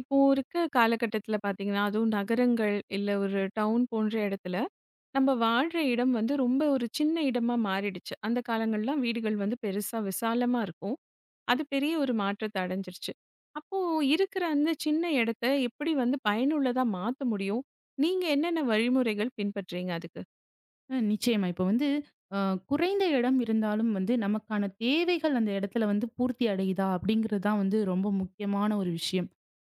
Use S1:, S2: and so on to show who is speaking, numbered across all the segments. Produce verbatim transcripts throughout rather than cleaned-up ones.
S1: இப்போ இருக்க காலகட்டத்துல பாத்தீங்கன்னா, அதுவும் நகரங்கள் இல்ல ஒரு டவுன் போன்ற இடத்துல, நம்ம வாழ்ற இடம் வந்து ரொம்ப ஒரு சின்ன இடமா மாறிடுச்சு. அந்த காலங்கள்லாம் வீடுகள் வந்து பெருசா விசாலமா இருக்கும். அது பெரிய ஒரு மாற்றத்த அடைஞ்சிருச்சு. அப்போ இருக்கிற அந்த சின்ன இடத்த எப்படி வந்து பயனுள்ளதா மாத்த முடியும்? நீங்க என்னென்ன வழிமுறைகள் பின்பற்றீங்க அதுக்கு?
S2: அ நிச்சயமா. இப்ப வந்து அ குறைந்த இடம் இருந்தாலும் வந்து நமக்கான தேவைகள் அந்த இடத்துல வந்து பூர்த்தி அடையுதா? அப்படிங்கிறது தான் வந்து ரொம்ப முக்கியமான ஒரு விஷயம்.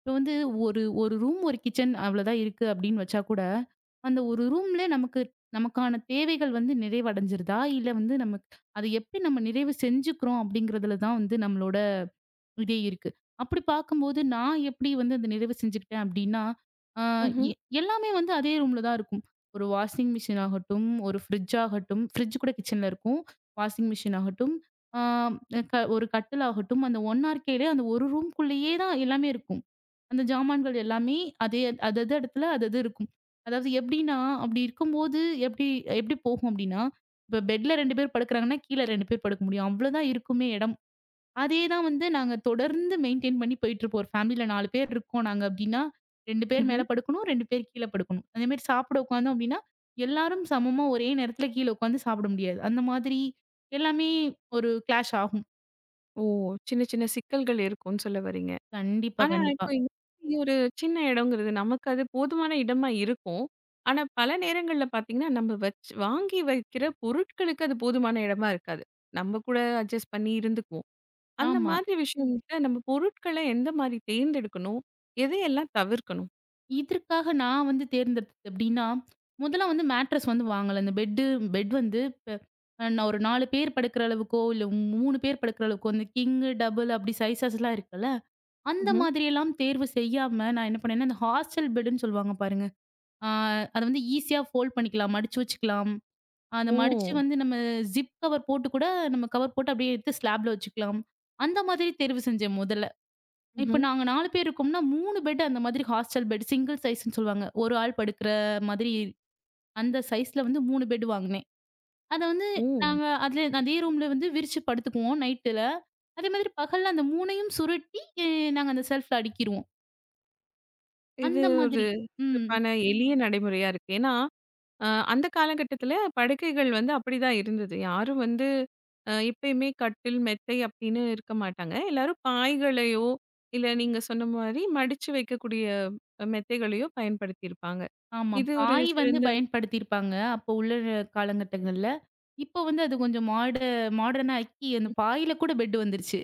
S2: இப்ப வந்து ஒரு ஒரு ரூம், ஒரு கிச்சன் அவ்வளோதான் இருக்கு அப்படின்னு வச்சா கூட, அந்த ஒரு ரூம்ல நமக்கு நமக்கான தேவைகள் வந்து நிறைவடைஞ்சிருதா? இல்ல வந்து நமக்கு அத எப்படி நம்ம நிறைவு செஞ்சுக்கிறோம் அப்படிங்கிறதுல தான் வந்து நம்மளோட இதே இருக்கு. அப்படி பார்க்கும்போது நான் எப்படி வந்து அந்த நிறைவு செஞ்சுக்கிட்டேன் அப்படின்னா, ஆ
S1: ம்ஹ்ம்,
S2: எ எல்லாமே வந்து அதே ரூம்ல தான் இருக்கும். ஒரு வாஷிங் மிஷின் ஆகட்டும், ஒரு ஃப்ரிட்ஜ் ஆகட்டும், ஃப்ரிட்ஜ் கூட கிச்சன்ல இருக்கும். வாஷிங் மிஷின் ஆகட்டும், ஆ க ஒரு கட்டில் ஆகட்டும், அந்த ஒரு ஆர் கேலே அந்த ஒரு ரூம்க்குள்ளேயே தான் எல்லாமே இருக்கும். அந்த ஜாமான்கள் எல்லாமே அதே அதது இடத்துல அதது இருக்கும். அதாவது எப்படின்னா, அப்படி இருக்கும்போது எப்படி எப்படி போகும் அப்படின்னா, இப்போ பெட்ல ரெண்டு பேர் படுக்குறாங்கன்னா, கீழ ரெண்டு பேர் படுக்க முடியும். அவ்வளோதான் இருக்குமே இடம். அதே தான் வந்து நாங்க தொடர்ந்து மெயின்டெயின் பண்ணி போயிட்டுருப்போம். ஒரு ஃபேமிலில நாலு பேர் இருக்கோம் நாங்க அப்டின்னா, ரெண்டு பேர்
S1: ம்ஹ்ம்.
S2: மேல படுக்கணும், ரெண்டு பேர் கீழ படுக்கணும். அதேமாரி சாப்பிட உட்காந்தோம் அப்டின்னா, எல்லாரும் சமமா ஒரே நேரத்துல கீழ உட்காந்து சாப்பிட முடியாது. அந்த மாதிரி எல்லாமே ஒரு கிளாஷ் ஆகும்.
S1: ஓ! சின்ன சின்ன சிக்கல்கள் இருக்கும்னு சொல்ல வரீங்க.
S2: கண்டிப்பா,
S1: ஆனா,
S2: கண்டிப்பா.
S1: இப்போ இந்த மாதிரி ஒரு சின்ன இடங்கிறது நமக்கு அது போதுமான இடமா இருக்கும். ஆனா, பல நேரங்கள்ல பார்த்தீங்கன்னா, நம்ம வச் வாங்கி வைக்கிற பொருட்களுக்கு அது போதுமான இடமா இருக்காது. நம்ம கூட அட்ஜஸ்ட் பண்ணி இருந்துக்குவோம். அந்த
S2: ஆமா.
S1: மாதிரி விஷயங்கள்ல நம்ம பொருட்கள எந்த மாரி தேர்ந்தெடுக்கணும்? எதையெல்லாம் தவிர்க்கணும்?
S2: இதற்காக நான் வந்து தேர்ந்தெடுத்தது எப்டின்னா, முதல்ல வந்து மேட்ரஸ் வந்து வாங்கல. இந்த பெட்டு பெட் வந்து இப்ப அ நான் ஒரு நாலு பேர் படுக்கிற அளவுக்கோ, இல்ல மூணு பேர் படுக்கிற அளவுக்கோ, இந்த கிங், டபுள் அப்டி சைஸஸ்லாம் இருக்குல்ல. அந்த
S1: ம்ஹ்ம்.
S2: மாதிரியெல்லாம் தேர்வு செய்யாம, நான் என்ன பண்ணேன்னா, இந்த ஹாஸ்டல் பெட்டுன்னு சொல்லுவாங்க பாருங்க. ஆ அத வந்து ஈஸியா ஃபோல்ட் பண்ணிக்கலாம். மடிச்சு வச்சுக்கலாம். அந்த
S1: ஓ!
S2: மடிச்சு வந்து நம்ம ஜிப் கவர் போட்டு கூட நம்ம கவர் போட்டு அப்படியே எடுத்து ஸ்லாப்ல வச்சுக்கலாம். அந்த மாதிரி தேர்வு செஞ்சேன் முதல்ல. இப்ப
S1: ம்ஹ்ம்.
S2: நாங்க நாலு பேர் இருக்கோம்னா, மூணு பெட் அந்த மாதிரி ஹாஸ்டல் பெட் சிங்கிள் சைஸ்ன்னு சொல்லுவாங்க. ஒரு ஆள் படுக்கிற மாதிரி அந்த சைஸ்ல வந்து மூணு பெட் வாங்கினேன். அத வந்து
S1: ஓ!
S2: நாங்க அதுல அதே ரூம்ல வந்து விரிச்சு படுத்துக்குவோம் நைட்ல. அதே மாதிரி பகல்ல அந்த மூணையும் சுருட்டி, எ நாங்க அந்த செல்ஃப்ல அடுக்கிருவோம்.
S1: இது
S2: அந்த
S1: ஒரு
S2: மாதிரி. ம்.
S1: சிறப்பான எளிய நடைமுறையா இருக்கு. ஏன்னா அ அந்த காலகட்டத்தில படுக்கைகள் வந்து அப்படிதான் இருந்தது. யாரும் வந்து அ எப்பயுமே கட்டில், மெத்தை அப்படின்னு இருக்க மாட்டாங்க. எல்லாரும் பாய்களையோ, இல்ல நீங்க சொன்ன மாரி மடிச்சு வைக்கக்கூடிய அஹ் மெத்தைகளையோ பயன்படுத்தியிருப்பாங்க.
S2: ஆமா.
S1: இது ஒரு
S2: பாய் வந்து
S1: சிறந்த
S2: பயன்படுத்தியிருப்பாங்க. அப்போ உள்ள காலகட்டங்கள்ல. இப்போ வந்து அது கொஞ்சம் மாட மாடர்னா ஆக்கி அந்த பாயில கூட பெட் வந்துருச்சு.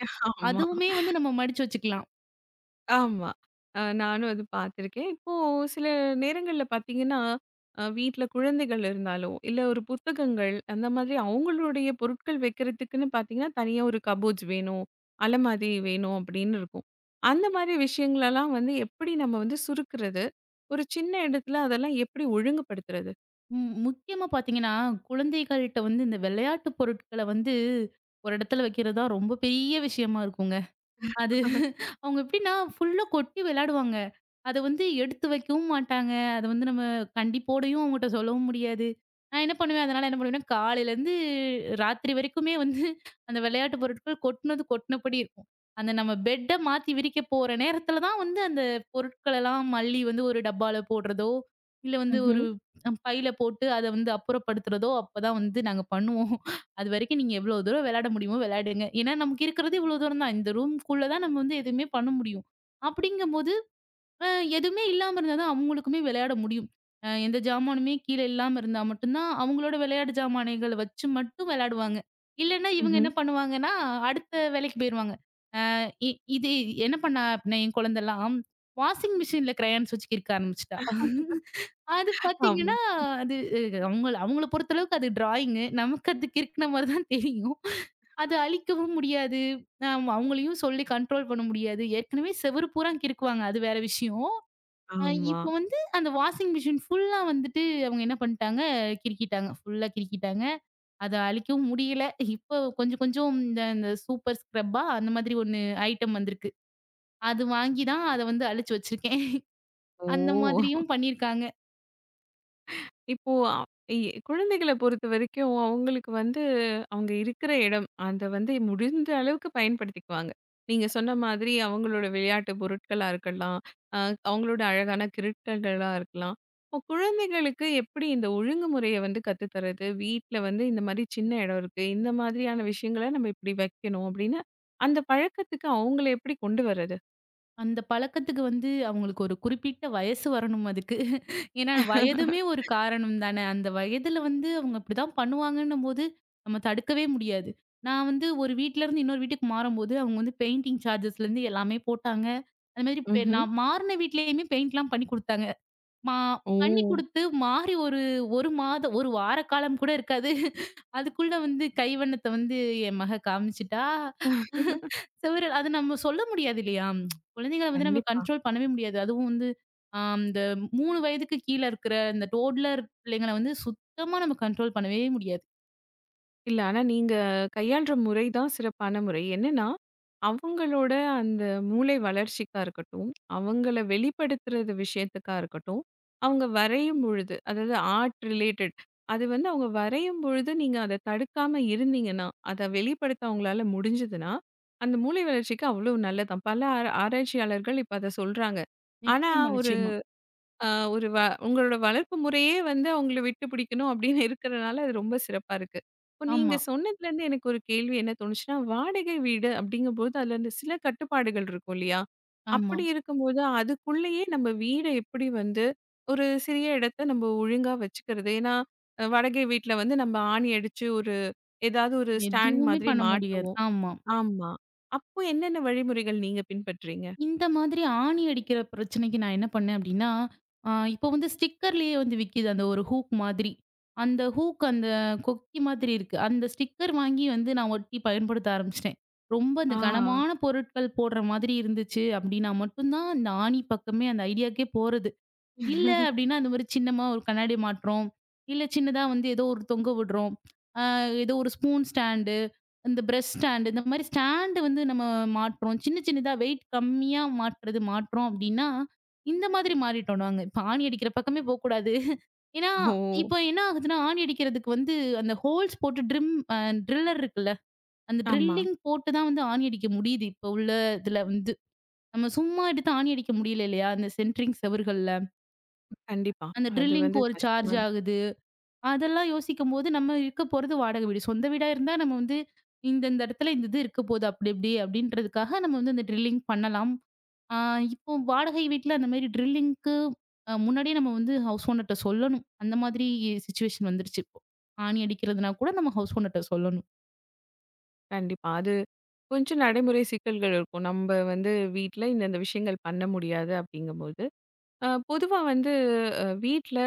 S1: ஆமா.
S2: அதுவுமே வந்து நம்ம மடிச்சு வச்சுக்கலாம்.
S1: ஆமா. அ நானும் அது பார்த்துருக்கேன். இப்போ சில நேரங்கள்ல பார்த்தீங்கன்னா, அ வீட்ல குழந்தைகள் இருந்தாலோ, இல்ல ஒரு புத்தகங்கள் அந்த மாதிரி அவங்களுடைய பொருட்கள் வைக்கிறதுக்குன்னு பார்த்தீங்கன்னா, தனியா ஒரு கபோர்ட்ஸ் வேணும், அலமாரி வேணும் அப்படின்னு இருக்கும். அந்த மாதிரி விஷயங்களெல்லாம் வந்து எப்படி நம்ம வந்து சுருக்குறது? ஒரு சின்ன இடத்துல அதெல்லாம் எப்படி ஒழுங்குபடுத்துறது?
S2: ம். முக்கியமா பார்த்தீங்கன்னா, குழந்தைகள்ட்ட வந்து இந்த விளையாட்டு பொருட்கள வந்து ஒரு இடத்துல வைக்கிறது தான் ரொம்ப பெரிய விஷயமா இருக்குங்க. அது அவங்க எப்படின்னா ஃபுல்லா கொட்டி விளையாடுவாங்க. அத வந்து எடுத்து வைக்கவும் மாட்டாங்க. அத வந்து நம்ம கண்டிப்போடையும் அவங்கட்ட சொல்லவும் முடியாது. நான் என்ன பண்ணுவேன், அதனால என்ன பண்ணுவேன்னா, காலையிலேருந்து ராத்திரி வரைக்குமே வந்து அந்த விளையாட்டு பொருட்கள் கொட்டுனது கொட்டுனபடி இருக்கும். அந்த நம்ம பெட்ட மாத்தி விரிக்க போற நேரத்தில தான் வந்து அந்த பொருட்களெல்லாம் மல்லி வந்து ஒரு டப்பால போடுறதோ, இல்ல வந்து ஒரு
S1: ம்ஹ்ம்.
S2: அஹ், பையில போட்டு அத வந்து அப்புறப்படுத்துறதோ அப்பதான் வந்து நாங்க பண்ணுவோம். அதுவரைக்கும் நீங்க எவ்வளோ தூரம் விளையாட முடியுமோ விளையாடுங்க. ஏன்னா, நமக்கு இருக்கிறது இவ்வளோ தூரம் தான். இந்த ரூம்க்குள்ள தான் நம்ம வந்து எதுவுமே பண்ண முடியும். அப்படிங்கும்போது அ எதுவுமே இல்லாம இருந்தா தான் அவங்களுக்குமே விளையாட முடியும். அ எந்த ஜாமானுமே கீழ இல்லாம இருந்தா மட்டும் தான் அவங்களோட விளையாட்டு ஜாமானைகள வச்சு மட்டும் விளையாடுவாங்க. இல்லன்னா இவங்க
S1: ம்ஹ்ம்.
S2: என்ன பண்ணுவாங்கன்னா, அடுத்த வேலைக்கு போயிருவாங்க. அ இ இது என்ன பண்ணா அப்படின்னா, என் குழந்தலாம் வாஷிங் மிஷின்ல கிரையான்ஸ் வச்சு கிறுக்க ஆரம்பிச்சுட்டா. அது
S1: ஆமா,
S2: பார்த்தீங்கன்னா, அது அ அவங்கள அவங்கள பொறுத்தளவுக்கு அது டிராயிங்கு. நமக்கு அது கிறுக்குன மாரி தான் தெரியும். அது அழிக்கவும் முடியாது. நாம் அவங்களையும் சொல்லி கண்ட்ரோல் பண்ண முடியாது. ஏற்கனவே செவுரு பூரா கிறுக்குவாங்க. அது வேற விஷயம். அ
S1: ஆமா.
S2: இப்போ வந்து அந்த வாஷிங் மிஷின் ஃபுல்லா வந்துட்டு அவங்க என்ன பண்ணிட்டாங்க, கிறுக்கிட்டாங்க. ஃபுல்லா கிறுக்கிட்டாங்க. அத அழிக்கவும் முடியல. இப்போ கொஞ்சம் கொஞ்சம் இந்த இந்த சூப்பர் ஸ்க்ரப்பா அந்த மாதிரி ஒண்ணு ஐட்டம் வந்திருக்கு. அது வாங்கி தான் அத வந்து அழிச்சு வச்சிருக்கேன்.
S1: ஓ!
S2: அந்த மாதிரியும் பண்ணியிருக்காங்க.
S1: இப்போ அ இ குழந்தைகள பொறுத்தவரைக்கும், அவங்களுக்கு வந்து அவங்க இருக்கிற இடம், அத வந்து முடிந்த அளவுக்கு பயன்படுத்திக்குவாங்க. நீங்க சொன்ன மாதிரி அவங்களோட விளையாட்டு பொருட்களா இருக்கலாம். அ அவங்களோட அழகான கிருட்டல்களா இருக்கலாம். இப்போ குழந்தைகளுக்கு எப்படி இந்த ஒழுங்குமுறைய வந்து கத்து தர்றது? வீட்ல வந்து இந்த மாரி சின்ன இடம் இருக்கு. இந்த மாதிரியான விஷயங்கள நம்ம இப்படி வைக்கணும் அப்படின்னு, அந்த பழக்கத்துக்கு அவங்கள எப்படி கொண்டு வர்றது?
S2: அந்த பழக்கத்துக்கு வந்து அவங்களுக்கு ஒரு குறிப்பிட்ட வயசு வரணும் அதுக்கு. ஏன்னா வயதுமே ஒரு காரணம் தானே. அந்த வயதுல வந்து அவங்க இப்படிதான் பண்ணுவாங்கன்னும்போது, நம்ம தடுக்கவே முடியாது. நான் வந்து ஒரு வீட்லருந்து இன்னொரு வீட்டுக்கு மாறும்போது, அவங்க வந்து பெயிண்டிங் சார்ஜஸ்லேருந்து எல்லாமே போட்டாங்க. அது மாதிரி பெ
S1: ம்ஹ்ம்.
S2: நான் மாறுன வீட்லயுமே பெயிண்ட்லாம் பண்ணி குடுத்தாங்க. மா
S1: ஓ!
S2: பண்ணி குடுத்து மாறி ஒரு 1 மாதம் ஒரு வார காலம் கூட இருக்காது. அதுக்குள்ள வந்து கைவண்ணத்த வந்து என் மக காமிச்சுட்டா. செவுரு அது நம்ம சொல்ல முடியாது இல்லையா? குழந்தைகள வந்து நம்ம
S1: கண்டிப்பா.
S2: கண்ட்ரோல் பண்ணவே முடியாது. அதுவும் வந்து அ இந்த மூணு வயதுக்கு கீழ இருக்கிற இந்த டோட்லர் பிள்ளைங்கள வந்து சுத்தமா நம்ம கண்ட்ரோல் பண்ணவே முடியாது.
S1: இல்ல. ஆனா நீங்க கையாள்ற முறை தான் சிறப்பான முறை. என்னன்னா, அவங்களோட அந்த மூளை வளர்ச்சிக்கா இருக்கட்டும், அவங்கள வெளிப்படுத்துறது விஷயத்துக்கா இருக்கட்டும், அவங்க வரையும் பொழுது, அதாவது ஆர்ட் ரிலேட்டட் அது வந்து அவங்க வரையும் பொழுது நீங்க அத தடுக்காம இருந்தீங்கன்னா, அத வெளிப்படுத்த அவங்களால முடிஞ்சதுன்னா, அந்த மூளை வளர்ச்சிக்கு அவ்வளோ நல்லதாம். பல ஆரா ஆராய்ச்சியாளர்கள் இப்ப அத சொல்றாங்க. ஆனா,
S2: நிச்சயமா,
S1: ஒரு
S2: நிச்சயமா.
S1: ஆ ஒரு வ உங்களோட வளர்ப்பு முறையே வந்து அவங்கள விட்டு பிடிக்கணும் அப்படின்னு இருக்கிறனால அது ரொம்ப சிறப்பா இருக்கு. இப்போ நீங்க
S2: ஆமா,
S1: சொன்னதுலேருந்து எனக்கு ஒரு கேள்வி என்ன தோணுச்சுன்னா, வாடகை வீடு அப்படிங்கும்போது அதுல இந்த சில கட்டுப்பாடுகள் இருக்கும் இல்லையா?
S2: ஆமா.
S1: அப்படி இருக்கும்போது அதுக்குள்ளேயே நம்ம வீட எப்படி வந்து ஒரு சிறிய இடத்த நம்ம ஒழுங்கா வச்சுக்கிறது? ஏன்னா அ வாடகை வீட்ல வந்து நம்ம ஆணி அடிச்சு ஒரு ஏதாவது ஒரு ஸ்டாண்ட்
S2: எதுவுமே
S1: மாதிரி
S2: பண்ண முடியாது.
S1: மாட்டுவோம்.
S2: ஆமா.
S1: ஆமா. அப்போ என்னென்ன வழிமுறைகள் நீங்க பின்பற்றீங்க?
S2: இந்த மாதிரி ஆணி அடிக்கிற பிரச்சனைக்கு நான் என்ன பண்ணேன் அப்படின்னா, அ இப்போ வந்து ஸ்டிக்கர்லேயே வந்து விக்கிது. அந்த ஒரு ஹூக் மாதிரி. அந்த ஹூக் அந்த கொக்கி மாதிரி இருக்கு. அந்த ஸ்டிக்கர் வாங்கி வந்து நான் ஒட்டி பயன்படுத்த ஆரம்பிச்சுட்டேன். ரொம்ப
S1: ஆ.
S2: அந்த கனமான பொருட்கள் போடுற மாதிரி இருந்துச்சு அப்படின்னா மட்டும் தான், இந்த ஆணி பக்கமே அந்த ஐடியாக்கே போறது. இல்ல அப்டின்னா, அந்த மாரி சின்னமா ஒரு கண்ணாடி மாட்றோம். இல்ல சின்னதா வந்து ஏதோ ஒரு தொங்க விடுறோம். அ ஏதோ ஒரு ஸ்பூன் ஸ்டாண்டு, இந்த பிரஷ் ஸ்டாண்டு இந்த மாரி ஸ்டாண்டு வந்து நம்ம மாட்றோம். சின்ன சின்னதா வெயிட் கம்மியா மாட்றது மாட்றோம் அப்டின்னா, இந்த மாதிரி மாறிட்டோம் நாங்க. இப்ப ஆணி அடிக்கிற பக்கமே போக்கூடாது. ஏன்னா,
S1: ஓ!
S2: இப்ப என்ன ஆகுதுன்னா, ஆணி அடிக்கிறதுக்கு வந்து அந்த ஹோல்ஸ் போட்டு ட்ரிம் அ ட்ரில்லர் இருக்குல்ல. அந்த
S1: ஆமா.
S2: ட்ரில்லிங் போட்டு தான் வந்து ஆணி அடிக்க முடியுது. இப்ப உள்ள இதுல வந்து. நம்ம சும்மா எடுத்து ஆணி அடிக்க முடியல இல்லையா? அந்த சென்ட்ரிங் செவுர்கள்ல.
S1: கண்டிப்பா.
S2: அந்த
S1: அது
S2: ட்ரில்லிங்க்கு
S1: வந்து
S2: ஒரு
S1: கஷ்டமா
S2: சார்ஜ்
S1: இருக்கு.
S2: ஆகுது. அதெல்லாம் யோசிக்கும்போது, நம்ம இருக்க போறது வாடகை வீடு. சொந்த வீடா இருந்தா நம்ம வந்து இந்த இந்த இடத்துல இந்த இது இருக்க போது அப்படி இப்படி அப்படின்றதுக்காக நம்ம வந்து அந்த ட்ரில்லிங் பண்ணலாம். ஆ இப்போ வாடகை வீட்ல அந்த மாரி ட்ரில்லிங்க்கு அ முன்னாடியே நம்ம வந்து ஹவுஸ் ஓனர்ட்ட சொல்லணும். அந்த மாதிரி சிச்சுவேஷன் வந்துருச்சு இப்போ. ஆணி அடிக்கிறதுனா கூட நம்ம ஹவுஸ் ஓனர்ட்ட சொல்லணும்.
S1: கண்டிப்பா. அது கொஞ்சம் நடைமுறை சிக்கல்கள் இருக்கும். நம்ப வந்து வீட்ல இந்தந்த விஷயங்கள் பண்ண முடியாது அப்படிங்கும்போது, அ பொதுவா வந்து அ வீட்ல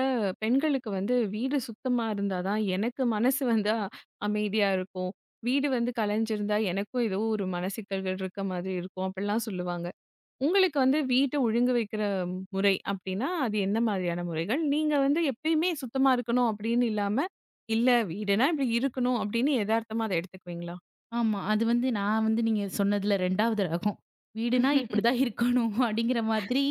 S1: பெண்களுக்கு வந்து வீடு சுத்தமா இருந்தா தான் எனக்கு மனசு வந்து அ- அமைதியா இருக்கும். வீடு வந்து கலைஞ்சிருந்தா எனக்கும் ஏதோ ஒரு மன சிக்கல்கள் இருக்க மாதிரி இருக்கும். அப்படிலாம் சொல்லுவாங்க. உங்களுக்கு வந்து வீட்ட ஒழுங்கு வைக்கிற முறை அப்டின்னா, அது என்ன மாதிரியான முறைகள்? நீங்க வந்து எப்பயுமே சுத்தமா இருக்கணும் அப்படின்னு இல்லாம, இல்ல வீடுனா இப்படி இருக்கணும் அப்படின்னு எதார்த்தமா அத எடுத்துக்குவீங்களா?
S2: ஆமா. அது வந்து நான் வந்து நீங்க சொன்னதுல ரெண்டாவது ரகம். வீடுனா இப்படிதான் இருக்கணும் அப்படிங்கிற மாதிரி,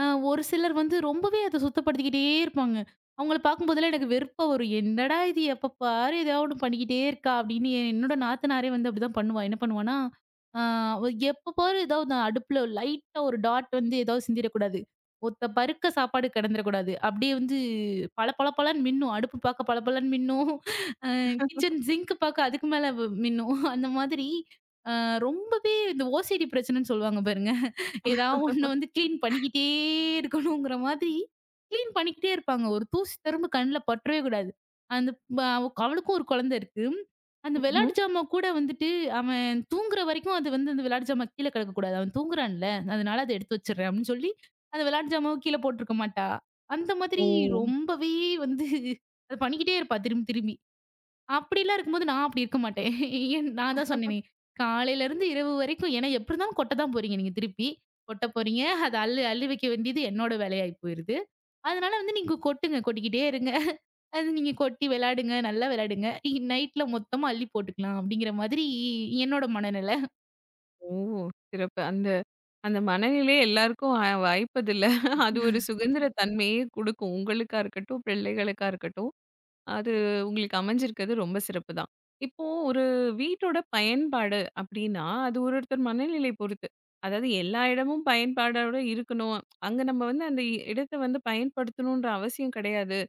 S2: அ ஒரு சிலர் வந்து ரொம்பவே அத சுத்தப்படுத்திக்கிட்டே இருப்பாங்க. அவங்கள பார்க்கும்போதெல்லாம் எனக்கு வெறுப்பா வரும். என்னடா இது எப்ப பாரு ஏதாவது ஒண்ணு பண்ணிக்கிட்டே இருக்கா அப்படின்னு என்னோட நாத்தனாரே வந்து அப்படிதான் பண்ணுவா. என்ன பண்ணுவான்னா, அ அவ எப்ப பாரு ஏதாவது அடுப்புல லைட்டா ஒரு டாட் வந்து ஏதாவது சிந்திரக்கூடாது. ஒத்த பருக்க சாப்பாடு கிடந்துரக்கூடாது. அப்படியே வந்து பளபளபளன்னு மின்னும். அடுப்பு பார்க்க பளபளன்னு மின்னும். கிச்சன் சிங்க் பாக்க அதுக்கு மேல வ் மின்னும். அந்த மாதிரி அ ரொம்பவே இந்த ஓசிடி பிரச்சனைன்னு சொல்லுவாங்க பாருங்க. ஏதாவது ஒண்ணு வந்து கிளீன் பண்ணிக்கிட்டே இருக்கணுங்கிற மாதிரி, கிளீன் பண்ணிக்கிட்டே இருப்பாங்க. ஒரு தூசி திரும்ப கண்ல பற்றவே கூடாது. அந்த ப அவ- அவளுக்கும் ஒரு குழந்தை இருக்கு. அந்த
S1: ம்ஹ்ம்.
S2: விளையாட்டு ஜாமான் கூட வந்துட்டு அவன் தூங்குற வரைக்கும் அது வந்து அந்த விளையாட்டு ஜாமான் கீழ கிடக்கக்கூடாது. அவன் தூங்குறான்ல, அதனால அத எடுத்து வச்சுடுறேன் அப்படின்னு சொல்லி, அந்த விளையாட்டு ஜாமாவ கீழ போட்டிருக்க மாட்டா. அந்த
S1: ஓ!
S2: மாதிரி ரொம்பவே வந்து அத பண்ணிக்கிட்டே இருப்பா திரும்பி திரும்பி. அப்படிலாம் இருக்கும்போது நான் அப்படி இருக்க மாட்டேன். ஏன் நான் தான் சொன்னேனே, காலையிலருந்து இரவு வரைக்கும் ஏன்னா எப்படி இருந்தாலும் கொட்ட தான் போறீங்க நீங்க திருப்பி. கொட்ட போறீங்க. அத அள்ளு அள்ளி வைக்க வேண்டியது என்னோட வேலையாயி போயிருது. அதனால வந்து நீங்க கொட்டுங்க. கொட்டிக்கிட்டே இருங்க. அது நீங்க கொட்டி விளையாடுங்க. நல்லா விளையாடுங்க. நைட்ல மொத்தமா அள்ளி போட்டுக்கலாம் அப்படிங்கிற மாதிரி என்னோட மனநிலை.
S1: ஓ! சிறப்பு. அந்த அந்த மனநிலை எல்லாருக்கும் அ வாய்ப்பதில்ல. அது ஒரு சுதந்திர தன்மையே குடுக்கும். உங்களுக்கா இருக்கட்டும், பிள்ளைகளுக்கா இருக்கட்டும். அது உங்களுக்கு அமைஞ்சிருக்கிறது ரொம்ப சிறப்பு தான். இப்போ ஒரு வீட்டோட பயன்பாடு அப்படின்னா, அது ஒரு ஒருத்தர் மனநிலை பொறுத்து. அதாவது எல்லா இடமும் பயன்பாடோட இருக்கணும். அங்க நம்ம வந்து அந்த இடத்த வந்து பயன்படுத்தணுன்ற அவசியம் கிடையாது.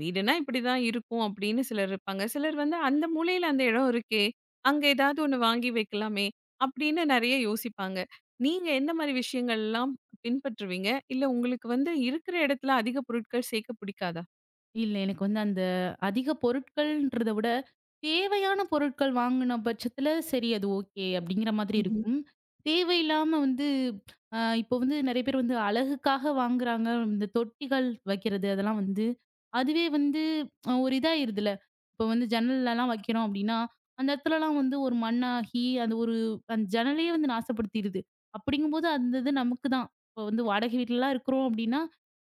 S1: வீடுனா இப்படிதான் இருக்கும் அப்படின்னு சிலர் இருப்பாங்க. சிலர் வந்து அந்த மூலையில அந்த இடம் இருக்கே, அங்க ஏதாவது ஒண்ணு வாங்கி வைக்கலாமே அப்படின்னு நெறைய யோசிப்பாங்க. நீங்க எந்த மாரி விஷயங்கள்லாம் பின்பற்றுவீங்க? இல்ல உங்களுக்கு வந்து இருக்கிற இடத்துல அதிக பொருட்கள் சேர்க்க பிடிக்காதா?
S2: இல்ல. எனக்கு வந்து அந்த அதிக பொருட்கள்ன்றத விட, தேவையான பொருட்கள் வாங்குன பட்சத்துல, சரி அது ஓகே அப்படிங்கிற மாதிரி இருக்கும். தேவையில்லாம வந்து அ இப்போ வந்து நெறைய பேர் வந்து அழகுக்காக வாங்குறாங்க. இந்த தொட்டிகள் வைக்கிறது அதெல்லாம் வந்து, அதுவே வந்து அ ஒரு இதாயிருதுல. இப்போ வந்து ஜன்னல்லலாம் வைக்கிறோம் அப்படின்னா, அந்த இடத்துலலாம் வந்து ஒரு மண்ணாகி, அது ஒரு அந்த ஜன்னலையே வந்து நாசப்படுத்திருது. அப்படிங்கும்போது அந்த இது நமக்கு தான். இப்போ வந்து வாடகை வீட்லலாம் இருக்கிறோம் அப்படின்னா,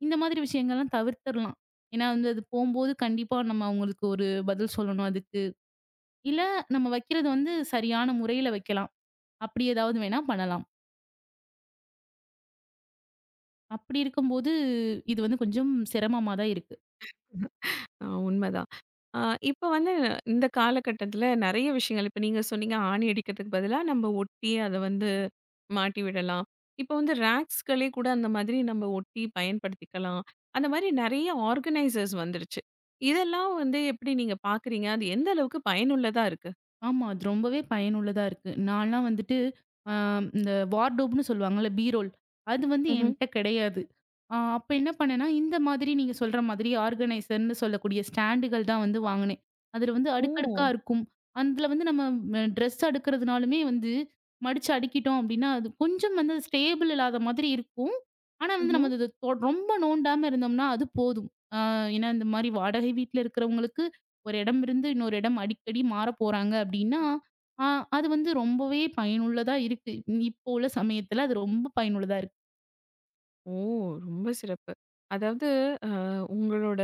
S2: இந்த மாதிரி விஷயங்கள்லாம் தவிர்த்தரலாம். ஏன்னா வந்து அது போம்போது கண்டிப்பா நம்ம அவங்களுக்கு ஒரு பதில் சொல்லணும் அதுக்கு. இல்ல நம்ம வைக்கிறது வந்து சரியான முறையில வைக்கலாம். அப்படி ஏதாவது வேணா பண்ணலாம். அப்படி இருக்கும்போது, இது வந்து கொஞ்சம் சிரமமா தான் இருக்கு.
S1: ஆ உண்மதான். ஆ இப்ப வந்து இந்த காலகட்டத்தில நெறைய விஷயங்கள் இப்ப நீங்க சொன்னீங்க ஆணி அடிக்கிறதுக்கு பதிலா நம்ம ஒட்டி அத வந்து மாட்டி விடலாம். இப்போ வந்து ரேக்ஸ்களே கூட அந்த மாதிரி நம்ம ஒட்டி பயன்படுத்திக்கலாம். அந்த மாதிரி நெறைய ஆர்கனைசர்ஸ் வந்துருச்சு. இதெல்லாம் வந்து எப்படி நீங்க பார்க்குறீங்க? அது எந்த அளவுக்கு பயனுள்ளதா இருக்கு?
S2: ஆமா. அது ரொம்பவே பயனுள்ளதா இருக்கு. நான்லாம் வந்துட்டு அ இந்த வார்ட்ரோப்ன்னு சொல்லுவாங்கல்ல, பீரோல். அது வந்து
S1: ம்ஹ்ம்.
S2: என்ட்ட கிடையாது. அ அப்ப என்ன பண்ணேன்னா, இந்த மாதிரி நீங்க சொல்ற மாதிரி ஆர்கனைசர்ன்னு சொல்லக்கூடிய ஸ்டாண்டுகள் தான் வந்து வாங்குனேன். அதுல வந்து அடுக்கடுக்கா
S1: ஓ!
S2: இருக்கும். அதுல வந்து நம்ம அ ட்ரெஸ் அடுக்குறதுனாலுமே வந்து மடிச்சு அடுக்கிட்டோம் அப்டின்னா, அது கொஞ்சம் வந்து ஸ்டேபிள் இல்லாத மாதிரி இருக்கும். ஆனா வந்து
S1: ம்ஹ்ம்.
S2: நம்ம அது தொ ரொம்ப நோண்டாம இருந்தோம்னா, அது போதும். அ ஏன்னா இந்த மாரி வாடகை வீட்ல இருக்கிறவங்களுக்கு ஒரு இடம் இருந்து இன்னொரு இடம் அடிக்கடி மாறப் போறாங்க அப்படின்னா, ஆ அது வந்து ரொம்பவே பயனுள்ளதா இருக்கு. இ- இப்போ உள்ள சமயத்துல அது ரொம்ப பயனுள்ளதா இருக்கு.
S1: ஓ! ரொம்ப சிறப்பு. அதாவது அ உங்களோட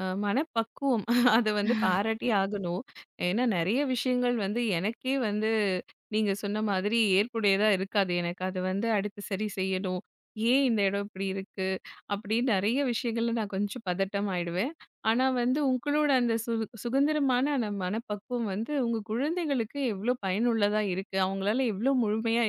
S1: அ மனப்பக்குவம். அத வந்து பாராட்டி ஆகணும். ஏன்னா நெறைய விஷயங்கள் வந்து எனக்கே வந்து நீங்க சொன்ன மாதிரி ஏற்புடையதா இருக்காது. எனக்கு அது வந்து அடுத்து சரி செய்யணும். ஏன் இந்த இடம் இப்படி இருக்கு? அப்படின்னு நெறைய விஷயங்கள்ல நான் கொஞ்சம் பதட்டம் ஆயிடுவேன். ஆனா வந்து உங்களோட அந்த சு சுதந்திரமான அந்த மனப்பக்குவம் வந்து உங்க குழந்தைகளுக்கு எவ்ளோ பயனுள்ளதா இருக்கு. அவங்களால எவ்ளோ முழுமையா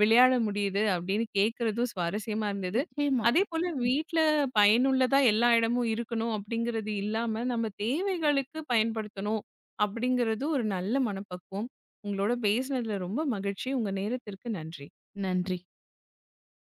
S1: விளையாட முடியுது அப்படின்னு கேட்கறதும் சுவாரஸ்யமா இருந்தது.
S2: நிச்சயமா.
S1: அதேபோல வீட்ல பயனுள்ளதா எல்லா இடமும் இருக்கணும் அப்படிங்கிறது இல்லாம, நம்ம தேவைகளுக்கு பயன்படுத்தணும் அப்படிங்கிறது ஒரு நல்ல மனப்பக்குவம். உங்களோட பேசினதுல ரொம்ப மகிழ்ச்சி. உங்க நேரத்திற்கு நன்றி.
S2: நன்றி.